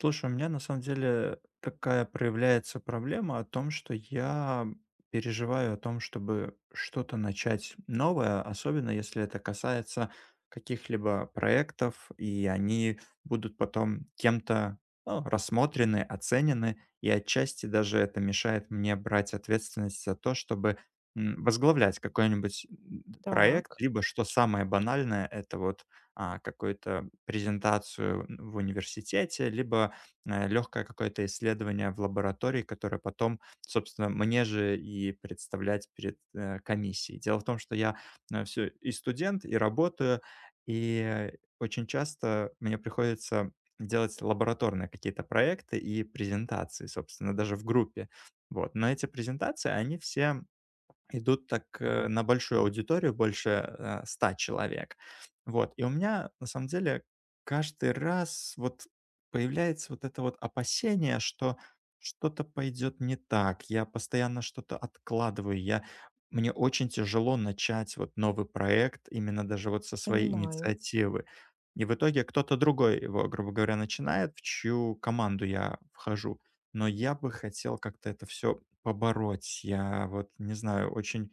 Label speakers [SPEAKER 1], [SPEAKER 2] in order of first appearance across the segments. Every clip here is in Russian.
[SPEAKER 1] Слушай, у меня на самом деле такая проявляется проблема о том, что я переживаю о том, чтобы что-то начать новое, особенно если это касается каких-либо проектов, и они будут потом кем-то, ну, рассмотрены, оценены, и отчасти даже это мешает мне брать ответственность за то, чтобы возглавлять какой-нибудь проект,
[SPEAKER 2] Так,
[SPEAKER 1] либо, что самое банальное, это вот какую-то презентацию в университете, либо легкое какое-то исследование в лаборатории, которое потом, собственно, мне же и представлять перед комиссией. Дело в том, что я все и студент, и работаю, и очень часто мне приходится делать лабораторные какие-то проекты и презентации, собственно, даже в группе. Вот. Но эти презентации, они все идут так, на большую аудиторию, больше, 100 человек. Вот, и у меня, на самом деле, каждый раз вот появляется вот это вот опасение, что что-то пойдет не так, я постоянно что-то откладываю, я мне очень тяжело начать вот новый проект именно даже вот со своей
[SPEAKER 2] понимаю.
[SPEAKER 1] инициативы. И в итоге кто-то другой его, грубо говоря, начинает, в чью команду я вхожу. Но я бы хотел как-то это все побороть. Я вот не знаю, очень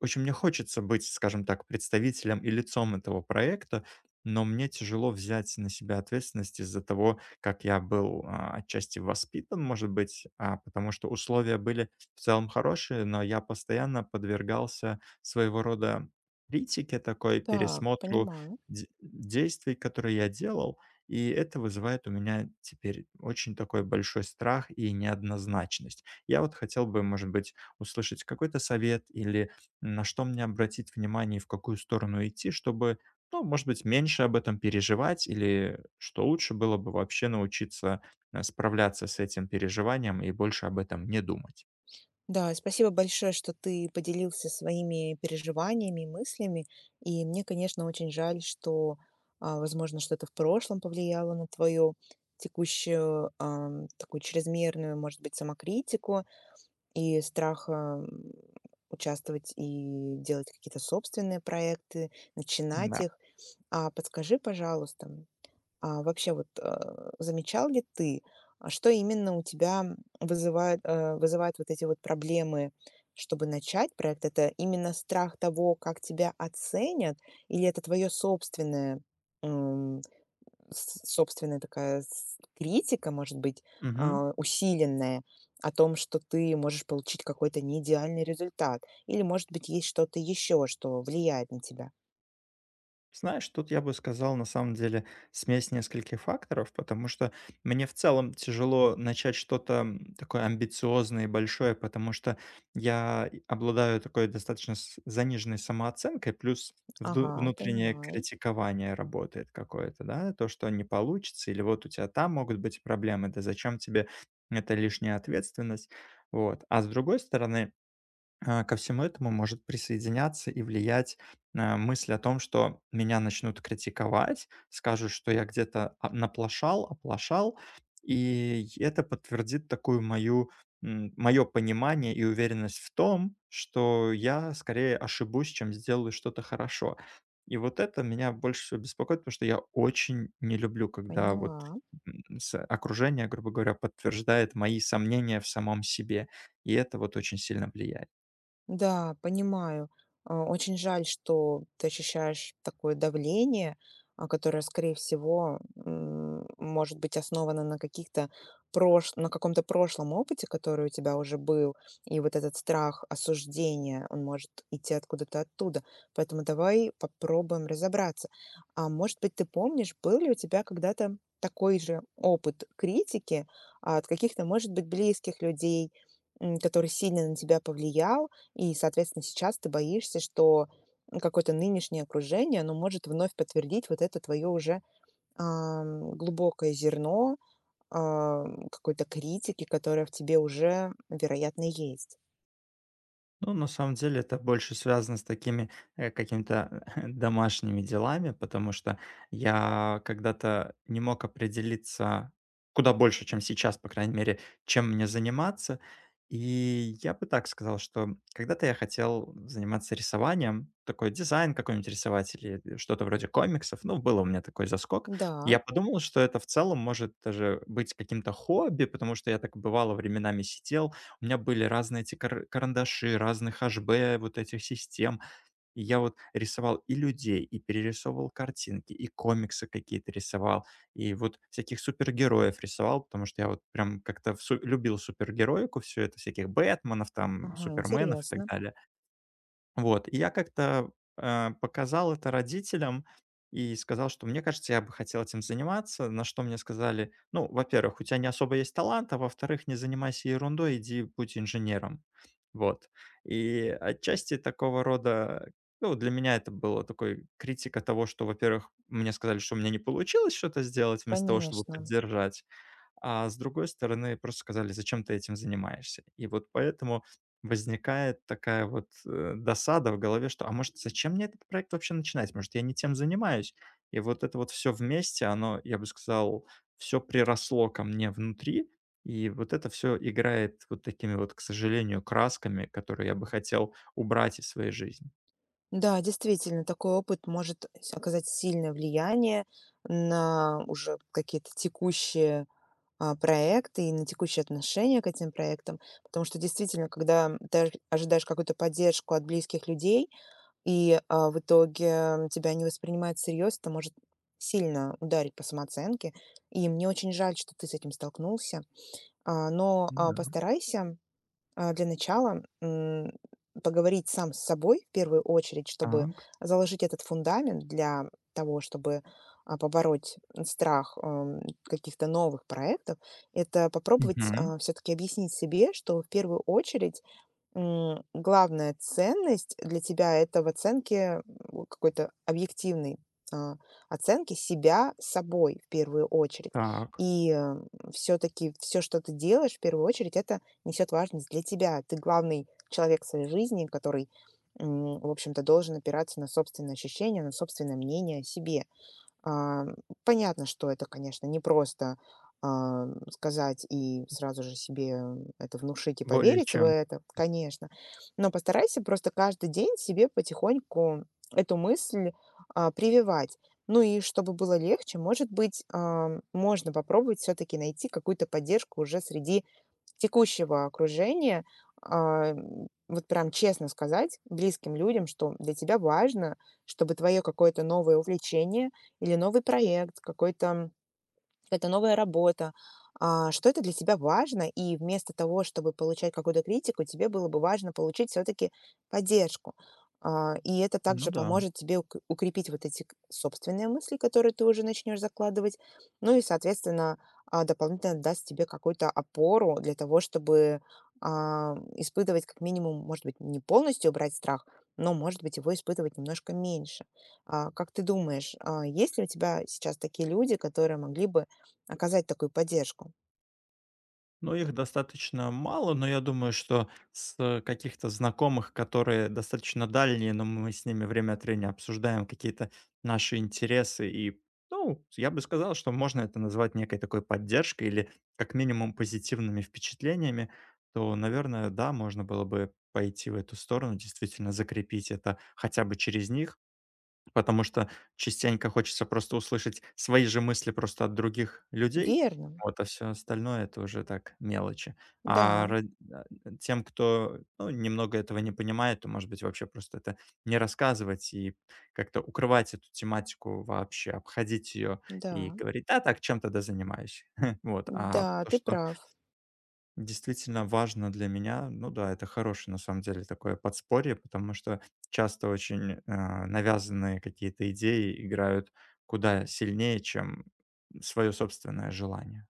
[SPEAKER 1] очень мне хочется быть, скажем так, представителем и лицом этого проекта, но мне тяжело взять на себя ответственность из-за того, как я был отчасти воспитан, может быть, потому что условия были в целом хорошие, но я постоянно подвергался своего рода критике такой,
[SPEAKER 2] Так,
[SPEAKER 1] пересмотру
[SPEAKER 2] понимаю.
[SPEAKER 1] действий, которые я делал, и это вызывает у меня теперь очень такой большой страх и неоднозначность. Я вот хотел бы, может быть, услышать какой-то совет или на что мне обратить внимание и в какую сторону идти, чтобы, ну, может быть, меньше об этом переживать, или что лучше было бы вообще научиться, справляться с этим переживанием и больше об этом не думать.
[SPEAKER 2] Да, спасибо большое, что ты поделился своими переживаниями и мыслями. И мне, конечно, очень жаль, что, возможно, что-то в прошлом повлияло на твою текущую такую чрезмерную, может быть, самокритику и страх участвовать и делать какие-то собственные проекты, начинать
[SPEAKER 1] Да.
[SPEAKER 2] их. А подскажи, пожалуйста, а вообще вот, замечал ли ты, что именно у тебя, вызывает, вызывает вот эти вот проблемы, чтобы начать проект? Это именно страх того, как тебя оценят, или это твое собственное, м, собственная такая с- критика, может быть, усиленная о том, что ты можешь получить какой-то неидеальный результат, или, может быть, есть что-то еще, что влияет на тебя?
[SPEAKER 1] Знаешь, тут я бы сказал, на самом деле, смесь нескольких факторов, потому что мне в целом тяжело начать что-то, такое амбициозное и большое, потому что я и обладаю такой достаточно заниженной самооценкой, плюс
[SPEAKER 2] Ага,
[SPEAKER 1] внутреннее
[SPEAKER 2] понимаю,
[SPEAKER 1] критикование работает какое-то, да, то, что не получится, или вот у тебя там могут быть проблемы, да зачем тебе эта лишняя ответственность, вот. А с другой стороны, ко всему этому может присоединяться и влиять, мысль о том, что меня начнут критиковать, скажут, что я где-то, наплошал, оплошал, и это подтвердит такую моё понимание и уверенность в том, что я скорее ошибусь, чем сделаю что-то хорошо. И вот это меня больше всего беспокоит, потому что я очень не люблю, когда вот,
[SPEAKER 2] поняла.
[SPEAKER 1] с окружение, грубо говоря, подтверждает мои сомнения в самом себе, и это вот очень сильно влияет.
[SPEAKER 2] Да, понимаю. Очень жаль, что ты ощущаешь такое давление, которое, скорее всего, может быть основано на каких-то на каком-то прошлом опыте, который у тебя уже был, и вот этот страх осуждения, он может идти откуда-то оттуда. Поэтому давай попробуем разобраться. А может быть, ты помнишь, был ли у тебя когда-то такой же опыт критики от каких-то, может быть, близких людей, который сильно на тебя повлиял, и, соответственно, сейчас ты боишься, что, какое-то нынешнее окружение, оно может вновь подтвердить вот это твое уже, глубокое зерно, какой-то критики, которая в тебе уже, вероятно, есть.
[SPEAKER 1] Ну, на самом деле, это больше связано с такими, какими-то домашними делами, потому что я когда-то не мог определиться, куда больше, чем сейчас, по крайней мере, чем мне заниматься. И я бы так сказал, что когда-то я хотел заниматься рисованием, такой дизайн какой-нибудь рисовать или что-то вроде комиксов. Ну, был у меня такой заскок.
[SPEAKER 2] Да,
[SPEAKER 1] Я подумал, что это в целом может даже быть каким-то хобби, потому что я так бывало временами сидел, у меня были разные эти карандаши, разных HB вот этих систем. И я вот рисовал и людей, и перерисовывал картинки, и комиксы какие-то рисовал, и вот всяких супергероев рисовал, потому что я вот прям как-то всу любил супергероику, все это, всяких «Бэтменов», там,
[SPEAKER 2] ага,
[SPEAKER 1] «Суперменов» и так
[SPEAKER 2] интересно.
[SPEAKER 1] далее. Вот, и я как-то, показал это родителям и сказал, что мне кажется, я бы хотел этим заниматься, на что мне сказали: «Ну, во-первых, у тебя не особо есть талант, а во-вторых, не занимайся ерундой, иди будь инженером». Вот. И отчасти такого рода, ну, для меня это было такой критика того, что, во-первых, мне сказали, что у меня не получилось что-то сделать, вместо того, чтобы
[SPEAKER 2] Конечно.
[SPEAKER 1] поддержать. А с другой стороны, просто сказали: «Зачем ты этим занимаешься?» И вот поэтому возникает такая вот, досада в голове, что: «А может, зачем мне этот проект вообще начинать? Может, я не тем занимаюсь?» И вот это вот все вместе, оно, я бы сказал, все приросло ко мне внутри, и вот это все играет вот такими вот, к сожалению, красками, которые я бы хотел убрать из своей жизни.
[SPEAKER 2] Да, действительно, такой опыт может с оказать сильное влияние на уже какие-то текущие, проекты и на текущие отношения к этим проектам. Потому что действительно, когда ты ожидаешь какую-то поддержку от близких людей, и в итоге тебя не воспринимают всерьез, это может сильно ударить по самооценке. И мне очень жаль, что ты с этим столкнулся. Но
[SPEAKER 1] Да.
[SPEAKER 2] постарайся для начала, поговорить сам с собой в первую очередь, чтобы
[SPEAKER 1] Так.
[SPEAKER 2] заложить этот фундамент для того, чтобы, побороть страх, каких-то новых проектов. Это попробовать,
[SPEAKER 1] Мгм.
[SPEAKER 2] все таки объяснить себе, что в первую очередь главная ценность для тебя — это в оценке, какой-то объективной, а, оценке себя собой в первую очередь.
[SPEAKER 1] Так.
[SPEAKER 2] И, все таки все что ты делаешь, в первую очередь, это несет важность для тебя. Ты главный человек в своей жизни, который, в общем-то, должен опираться на собственные ощущения, на собственное мнение о себе. А, понятно, что это, конечно, непросто, а, сказать и сразу же себе это внушить и
[SPEAKER 1] Более
[SPEAKER 2] поверить в
[SPEAKER 1] чем.
[SPEAKER 2] это, конечно. Но постарайся просто каждый день себе потихоньку эту мысль, прививать. Ну и чтобы было легче, может быть, можно попробовать все таки найти какую-то поддержку уже среди текущего окружения. Вот прям честно сказать близким людям, что для тебя важно, чтобы твое какое-то новое увлечение или новый проект, какой-то это новая работа, что это для тебя важно, и вместо того, чтобы получать какую-то критику, тебе было бы важно получить все-таки поддержку. И это
[SPEAKER 1] Ну
[SPEAKER 2] также
[SPEAKER 1] да.
[SPEAKER 2] поможет тебе укрепить вот эти к- собственные мысли, которые ты уже начнешь закладывать, ну и, соответственно, дополнительно даст тебе какую-то опору для того, чтобы испытывать как минимум, может быть, не полностью убрать страх, но, может быть, его испытывать немножко меньше. Как ты думаешь, есть ли у тебя сейчас такие люди, которые могли бы оказать такую поддержку?
[SPEAKER 1] Но их достаточно мало, но я думаю, что с, каких-то знакомых, которые достаточно дальние, но мы с ними время от времени обсуждаем какие-то наши интересы и, ну, я бы сказал, что можно это назвать некой такой поддержкой или как минимум позитивными впечатлениями, то, наверное, да, можно было бы пойти в эту сторону, действительно закрепить это хотя бы через них. Потому что частенько хочется просто услышать свои же мысли просто от других людей,
[SPEAKER 2] Верно.
[SPEAKER 1] вот, а все остальное — это уже так, мелочи.
[SPEAKER 2] Да,
[SPEAKER 1] А ра а, тем, кто, ну, немного этого не понимает, то, может быть, вообще просто это не рассказывать и как-то укрывать эту тематику вообще, обходить ее и
[SPEAKER 2] да,
[SPEAKER 1] говорить: «Да, так, чем тогда занимаюсь». Вот, а
[SPEAKER 2] да,
[SPEAKER 1] то,
[SPEAKER 2] ты
[SPEAKER 1] что
[SPEAKER 2] прав.
[SPEAKER 1] действительно важно для меня, ну да, это хорошее на самом деле такое подспорье, потому что часто очень, навязанные какие-то идеи играют куда сильнее, чем свое собственное желание.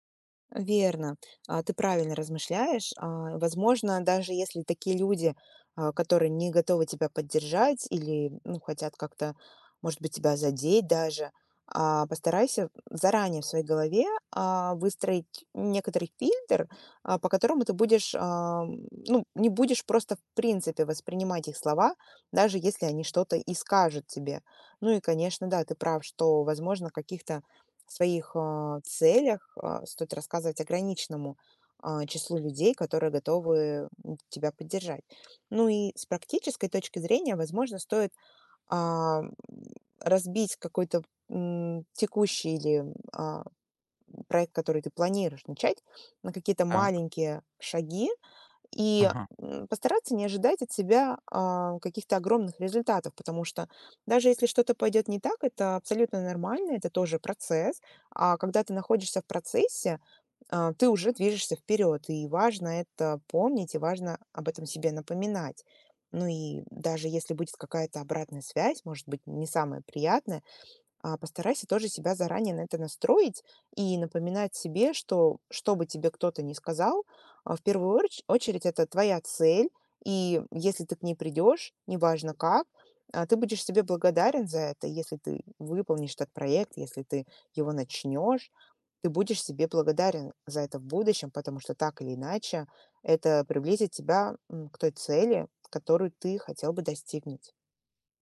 [SPEAKER 2] Верно, ты правильно размышляешь. А, возможно, даже если такие люди, которые не готовы тебя поддержать или, ну, хотят как-то, может быть, тебя задеть даже, постарайся заранее в своей голове выстроить некоторый фильтр, по которому ты будешь, ну, не будешь просто в принципе воспринимать их слова, даже если они что-то и скажут тебе. Ну и, конечно, да, ты прав, что, возможно, каких-то своих, целях, стоит рассказывать ограниченному, числу людей, которые готовы, тебя поддержать. Ну и с практической точки зрения, возможно, стоит, а, м, разбить какой-то, текущий или, а, проект, который ты планируешь начать, на какие-то
[SPEAKER 1] Так,
[SPEAKER 2] маленькие шаги, и,
[SPEAKER 1] ага.
[SPEAKER 2] постараться не ожидать от себя, каких-то огромных результатов, потому что даже если что-то пойдет не так, это абсолютно нормально, это тоже процесс. А когда ты находишься в процессе, ты уже движешься вперед, и важно это помнить, и важно об этом себе напоминать. Ну и даже если будет какая-то обратная связь, может быть, не самая приятная, постарайся тоже себя заранее на это настроить и напоминать себе, что что бы тебе кто-то ни сказал, в первую очередь это твоя цель, и если ты к ней придешь, неважно как, ты будешь себе благодарен за это, если ты выполнишь этот проект, если ты его начнешь, ты будешь себе благодарен за это в будущем, потому что так или иначе это приблизит тебя к той цели, которую ты хотел бы достигнуть.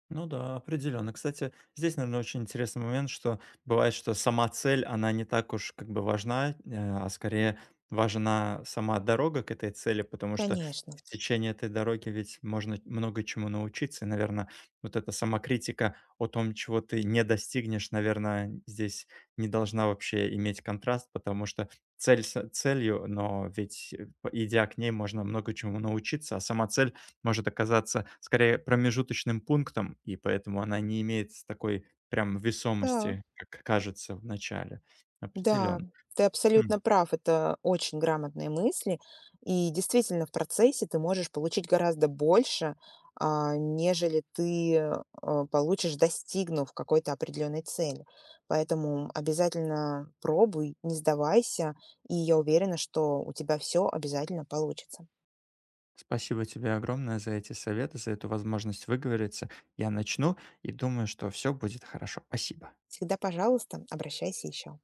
[SPEAKER 1] Ну да, определенно. Кстати, здесь, наверное, очень интересный момент, что бывает, что сама цель, она не так уж как бы важна, а скорее важна сама дорога к этой цели, потому что в
[SPEAKER 2] Конечно.
[SPEAKER 1] течение этой дороги ведь можно много чему научиться. И, наверное, вот эта самокритика о том, чего ты не достигнешь, наверное, здесь не должна вообще иметь контраст, потому что цель целью, но ведь, идя к ней, можно много чему научиться, а сама цель может оказаться скорее промежуточным пунктом, и поэтому она не имеет с такой прям
[SPEAKER 2] Да.
[SPEAKER 1] весомости, как кажется в начале.
[SPEAKER 2] Да,
[SPEAKER 1] Определенно.
[SPEAKER 2] ты абсолютно
[SPEAKER 1] М.
[SPEAKER 2] прав, это очень грамотные мысли. И действительно, в процессе ты можешь получить гораздо больше, нежели ты получишь, достигнув какой-то определенной цели. Поэтому обязательно пробуй, не сдавайся, и я уверена, что у тебя все обязательно получится.
[SPEAKER 1] Спасибо тебе огромное за эти советы, за эту возможность выговориться. Я начну и думаю, что все будет хорошо. Спасибо.
[SPEAKER 2] Всегда, пожалуйста, обращайся еще.